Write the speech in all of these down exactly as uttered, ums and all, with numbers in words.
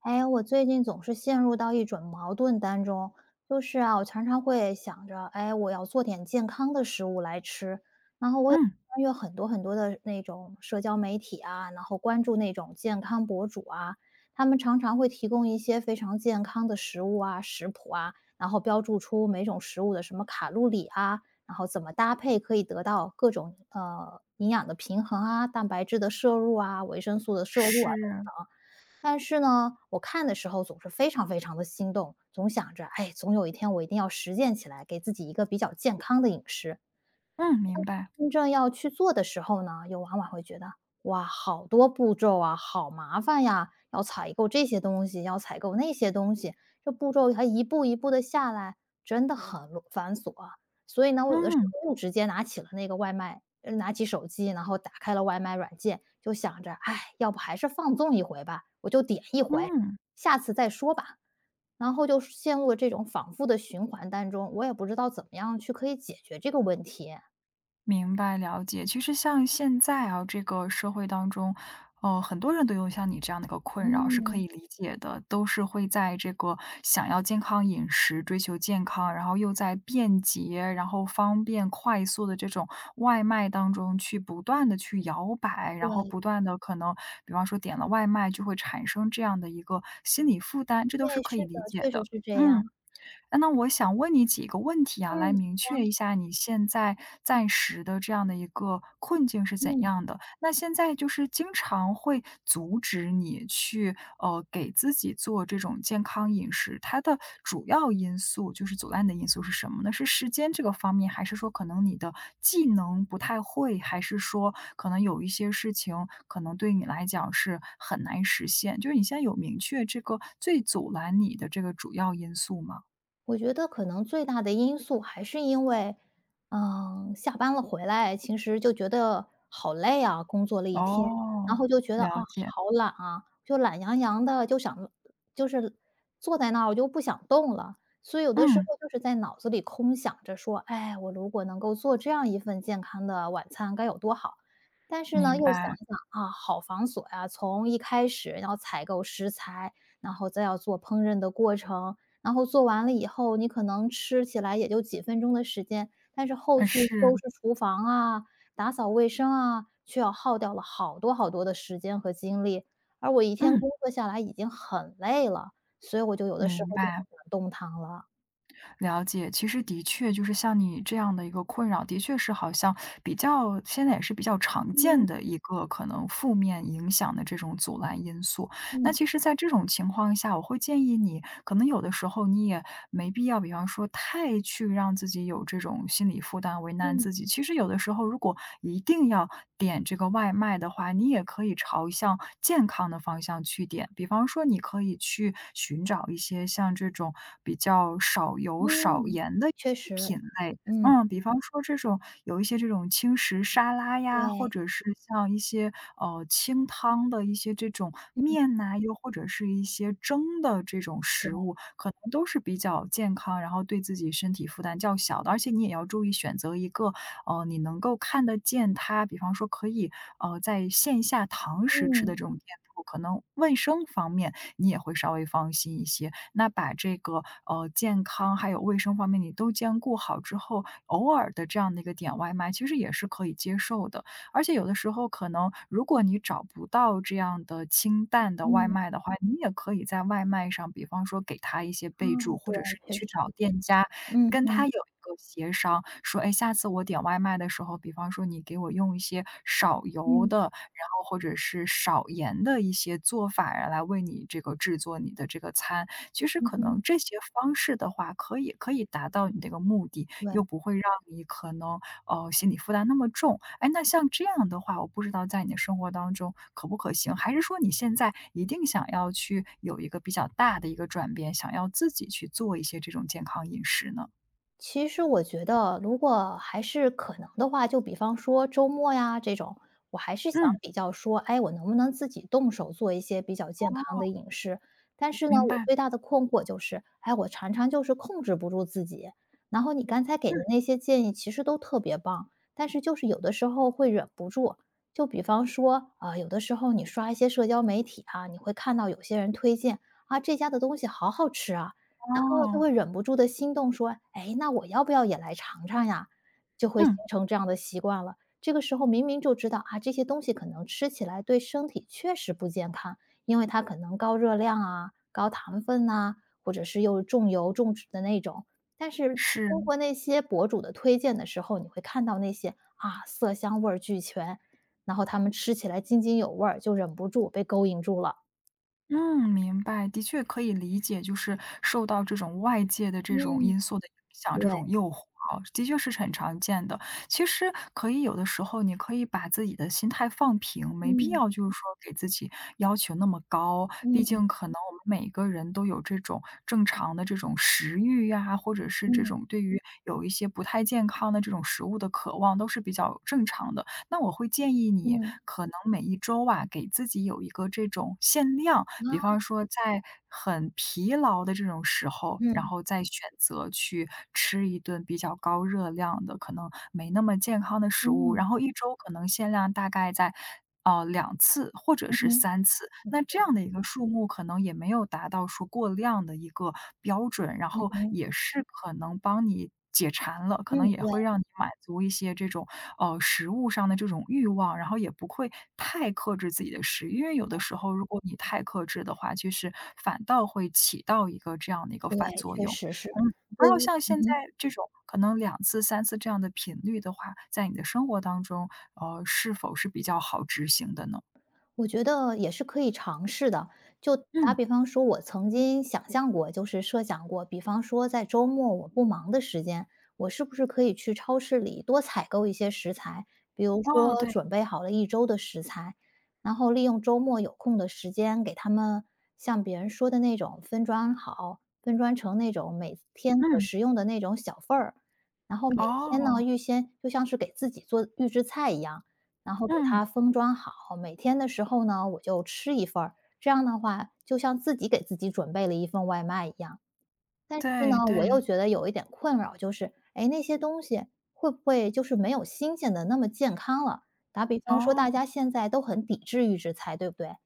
哎，我最近总是陷入到一种矛盾当中，就是啊，我常常会想着，哎，我要做点健康的食物来吃，然后我有嗯，翻阅很多很多的那种社交媒体啊，然后关注那种健康博主啊，他们常常会提供一些非常健康的食物啊、食谱啊，然后标注出每种食物的什么卡路里啊，然后怎么搭配可以得到各种呃营养的平衡啊、蛋白质的摄入啊、维生素的摄入啊是，等等。但是呢，我看的时候总是非常非常的心动，总想着，哎，总有一天我一定要实践起来，给自己一个比较健康的饮食。嗯，明白，真正要去做的时候呢，又往往会觉得，哇，好多步骤啊，好麻烦呀，要采购这些东西，要采购那些东西，这步骤还一步一步的下来，真的很啰繁琐啊。所以呢，我有的时嗯候就直接拿起了那个外卖，呃拿起手机，然后打开了外卖软件，就想着，哎，要不还是放纵一回吧，我就点一回，嗯，下次再说吧。然后就陷入了这种反复的循环当中，我也不知道怎么样去可以解决这个问题。明白了解。其实像现在啊，这个社会当中，呃，很多人都有像你这样的一个困扰，是可嗯，以理解的，都是会在这个想要健康饮食、追求健康，然后又在便捷、然后方便、快速的这种外卖当中去不断的去摇摆，然后对，不断的可能，比方说点了外卖就会产生这样的一个心理负担，这都是对，是可以的，理解确实的。是这样。嗯，呃，那我想问你几个问题啊，来嗯，明确一下你现在暂时的这样的一个困境是怎嗯。样的。那现在就是经常会阻止你去，呃，给自己做这种健康饮食，它的主要因素就是阻拦你的因素是什么呢？是时间这个方面，还是说可能你的技能不太会，还是说可能有一些事情可能对你来讲是很难实现？就是你现在有明确这个最阻拦你的这个主要因素吗？我觉得可能最大的因素还是因为，嗯，下班了回来，其实就觉得好累啊，工作了一天，然哦，后就觉得啊，了解，好懒啊，就懒洋洋的，就想就是坐在那儿，我就不想动了。所以有的时嗯，候就是在脑子里空想着说，哎，我如果能够做这样一份健康的晚餐该有多好。但是呢，明又想白，想啊，好繁琐呀、从一开始要采购食材，然后再要做烹饪的过程，然后做完了以后，你可能吃起来也就几分钟的时间，但是后呃，续是，收拾厨房啊、打扫卫生啊，却要耗掉了好多好多的时间和精力。而我一天嗯，工作下来已经很累了，所以我就有的时明候就不白，想动弹了。了解。其实的确就是像你这样的一个困扰，的确是好像比较现在也是比较常嗯见的一个可能负面影响的这种阻拦因素。那嗯其实在这种情况下，我会建议你，可能有的时候你也没必要，比方说太去让自己有这种心理负担，为难嗯自己。其实有的时候，如果一定要点这个外卖的话，你也可以朝向健康的方向去点。比方说，你可以去寻找一些像这种比较少油少嗯，盐的。确实，品类，嗯，嗯，比方说这种有一些这种轻食沙拉呀，或对，者是像一些，呃，清汤的一些这种面呐，又或者是一些蒸的这种食物，可能都是比较健康，然后对自己身体负担较小的。而且你也要注意选择一个，呃，你能够看得见它，比方说可以，呃，在线下堂食吃的嗯这种店铺，可能卫生方面你也会稍微放心一些。那把这个，呃，健康还有卫生方面你都兼顾好之后，偶尔的这样的一个点外卖，其实也是可以接受的。而且有的时候可能如果你找不到这样的清淡的外嗯，卖的话，你也可以在外卖上，比方说给他一些啊，备注，或对，者是你确去实，找店家嗯跟嗯他有一个协商，说：“哎，下次我点外卖的时候，比方说你给我用一些少油嗯的，然后或者是少盐的一些做法啊来为你这个制作你的这个餐。”其实嗯可哼，能这些方式的话，可以可以达到你这个目的，又对。不会让你可能，呃，心理负担那么重。哎，那像这样的话，我不知道在你的生活当中可不可行？还是说你现在一定想要去有一个比较大的一个转变，想要自己去做一些这种健康饮食呢？其实我觉得如果还是可能的话，就比方说周末呀这种，我还是想嗯，哦，比较说，哎，我能不能自己动手做一些比较健康的饮食？但是呢，明我白。最大的困惑就是，哎，我常常就是控制不住自己。然后你刚才给的嗯。那些建议其实都特别棒，但是就是有的时候会忍不住。就比方说，啊、有的时候你刷一些社交媒体啊，你会看到有些人推荐啊，这家的东西好好吃啊，然后就哦，会忍不住的心动说：“哎，那我要不要也来尝尝呀？”就会形嗯，成这样的习惯了。这个时候明明就知道啊，这些东西可能吃起来对身体确实不健康，因为它可能高热量啊、高糖分呐，或者是又重油重脂的那种。但是是，通过那些博主的推荐的时候，你会看到那些啊，色香味儿俱全，然后他们吃起来津津有味儿，就忍不住被勾引住了。嗯，明白。的确可以理解，就是受到这种外界的这种嗯，因素的影响，对，这种诱惑啊，的确是很常见的。其实可以有的时候，你可以把自己的心态放平，没必嗯，要就是说给自己要求那么高。毕嗯，竟可能我们每个人都有这种正常的这种食欲呀，或者是这嗯，种对于有一些不太健康的这种食物的渴望，都是比较正常的。那我会建议你嗯。可能每一周啊，给自己有一个这种限量，比啊，方说在很疲劳的这种时候，然嗯，后再选择去吃一顿比较高热量的，可能没那么健康的食物，嗯，然后一周可能限量大概在呃两次或者嗯是哼，三次，我觉那这得样的一个数目可能也没有达到说过量的一个标准，然嗯后哼，也是可能帮你解馋了，可嗯，能也对，会让你满足一些这种，呃，食物上的这种欲望，然后也不会太克制自己的食欲。因为有的时候如果你太克制的话，其实反倒会起到一个这样的一个对，反作确用。实是，嗯。对然后于像嗯现在哼。这种可能两次、三次这样的频率的话，在你的生活当中，呃，是否是比较好执行的呢？我觉得也是可以尝试的。就打嗯，比方说，我曾经想象过，就是设想过，比方说在周末我不忙的时间，我是不是可以去超市里多采购一些食材，比如哦，说对，准备好了一周的食材，然后利用周末有空的时间，给他们像别人说的那种分装好，分装成那种每天可嗯，食用的那种小份儿，然后每天哦，呢预先就像是给自己做预制菜一样。然后给它嗯，封装好，每天的时候呢，我就吃一份儿，这样的话就像自己给自己准备了一份外卖一样。但是对呢，我对，又觉得有一点困扰，就是，哎，那些东西会不会就是没有新鲜的那么健康了？打比方说，哦，大家现在都很抵制预制菜，对不对？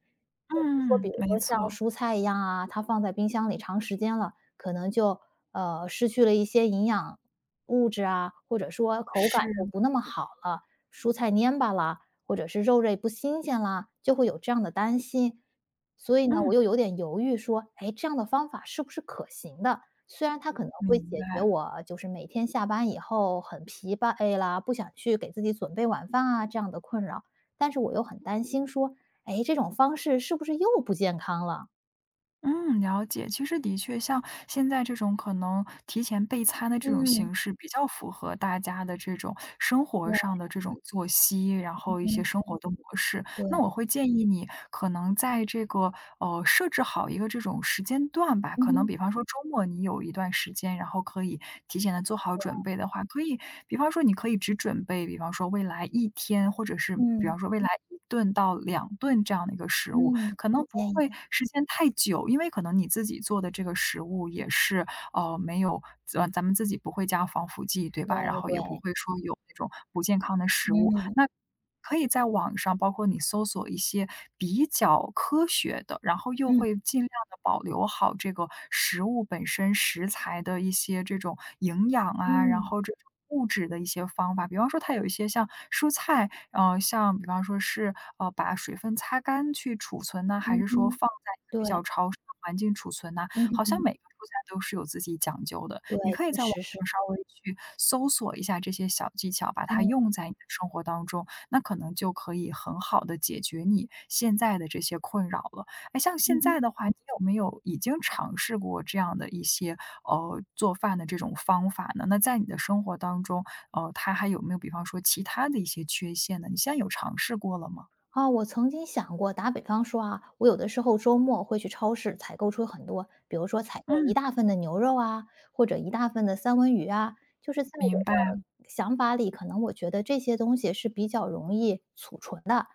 是说比嗯，如没说像错，蔬菜一样啊，它放在冰箱里长时间了，可能就，呃，失去了一些营养物质啊，或者说口感是，就不那么好了，蔬菜蔫巴啦，或者是肉类不新鲜啦，就会有这样的担心。所以呢，我嗯，又有点犹豫说，哎，这样的方法是不是可行的？虽然它可能会明解决白。我就是每天下班以后很疲惫啦，不想去给自己准备晚饭啊，这样的困扰，但是我又很担心说，哎，这种方式是不是又不健康了？嗯，了解。其实的确，像现在这种可能提前备餐的这种嗯，形式，比较符合大家的这种生活对，上的这种作息，然后一些嗯，生活的模式。对，那我会建议你，可能在这个呃设置好一个这种时间段吧。嗯可能哼，比方说周末你有一段时间，然后可以提前的做好准备的话，可以，比方说你可以只准备，比方说未来一天，或者是比嗯，方说未来一顿到两顿这样的一个食物。嗯，可能我不建议会时间太久，因为可能你自己做的这个食物也是，呃，没有呃，咱们自己不会加防腐剂，对对吧？然后也不对，会说有那种不健康的食物，嗯，那可以在网上，包括你搜索一些比较科学的，然后又嗯，会尽量的保留好这个食物本身食材的一些这种营养啊，然嗯，后这种物质的一些方法。比方说它有一些像蔬菜，呃，像比方说是，呃，把水分擦干去储存呢，还嗯是说哼，放在一个对，比较潮湿的环境储存呢？嗯好像哼，每个蔬菜都是有自己讲究的，对，你可以确在网实是，上稍微去搜索一下这些小技巧，把它嗯，用在你的生活当中，那可能就可以很好的解决你现在的这些困扰了。哎，像嗯现哼。在的话，你有没有已经尝试过这样的一些呃，做饭的这种方法呢？那在你的生活当中，呃，它还有没有比方说其他的一些缺陷呢？你现在有尝试过了吗？啊，我曾经想过，打比方说啊，我有的时候周末会去超市采购出很多，比如说采购一嗯，大份的牛肉啊，或者一大份的三文鱼啊，就是在我明白，的想法里，可能我觉得这些东西是比较容易储存的，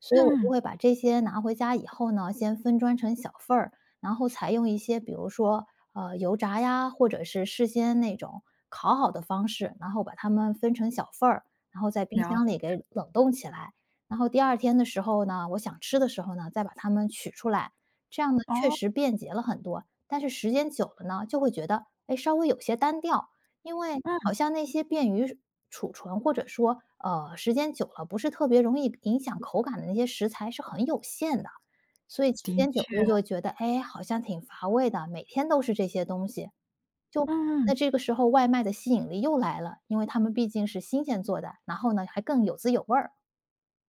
所以我就嗯，会把这些拿回家以后呢，先分装成小份儿，然后采用一些比如说呃油炸呀，或者是事先那种烤好的方式，然后把它们分成小份儿，然后在冰了箱里解，给冷冻起来。然后第二天的时候呢，我想吃的时候呢，再把它们取出来，这样呢，确哦，实便捷了很多。但是时间久了呢，就会觉得，哎，稍微有些单调，因为好嗯，像那些便于储存，或者说，呃，时间久了不是特别容易影响口感的那些食材是很有限的，所以时的间久确，了就会觉得，哎，好像挺乏味的，每天都是这些东西。就嗯。那嗯这个时候外卖的吸引力又来了，因为他们毕竟是新鲜做的，然后呢，还更有滋有味儿。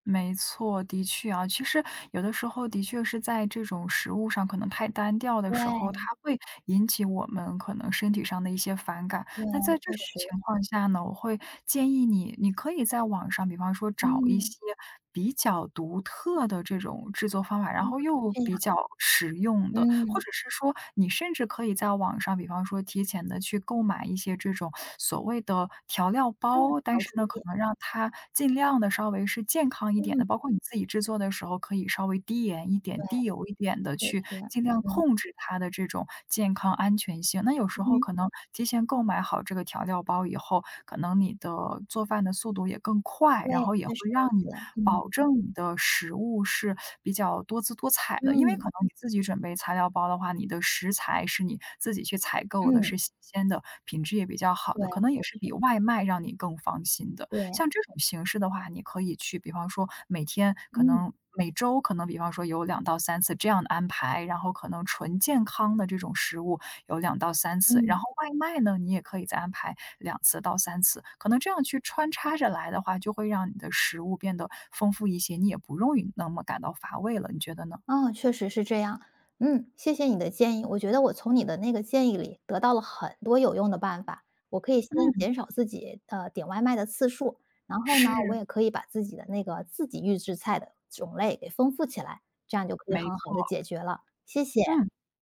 没错，的确啊，其实有的时候的确是在这种食物上可能太单调的时候，对。它会引起我们可能身体上的一些反感。对，那在这确种实，情况下呢，我会建议你，你可以在网上，比方说找一嗯，些比较独特的这种制作方法，然嗯，后又这比样，较实用的，或嗯，者是说你甚至可以在网上，比方说提前的去购买一些这种所谓的调料嗯，包，但好是主呢，可意，能让它尽量的稍微是健康一点嗯，的，包括你自己制作的时候可以稍微低盐一点、低油一点的，对，去确实，尽量嗯，控制它的这种健康安全性。那有时候嗯可能提前先购买好这个调料包以后，可能你的做饭的速度也更快，对，然后也确会实让如你此，嗯，保证你的食物是比较多姿多彩的。因为嗯，可能你自己准备材料包的话，你的食材是你自己去采购的，嗯，是新鲜的，品质也比较好的，对，可能也是比外卖让你更放心的。对，像这种形式的话，你可以去，比方说每天可嗯，能每周可能比方说有两到三次这样的安排，然后可能纯健康的这种食物，有两到三次，然嗯，后外卖呢，你也可以再安排两次到三次，可能这样去穿插着来的话，就会让你的食物变得丰富一些，你也不容易那么感到乏味了，你觉得呢？哦，确实是这样，嗯，谢谢你的建议，我觉得我从你的那个建议里得到了很多有用的办法，我可以先嗯，减少自己，呃，点外卖的次数，然后呢，是，我也可以把自己的那个自己预制菜的种类给丰富起来，这样就可以没很好错，的解决了，谢谢。嗯。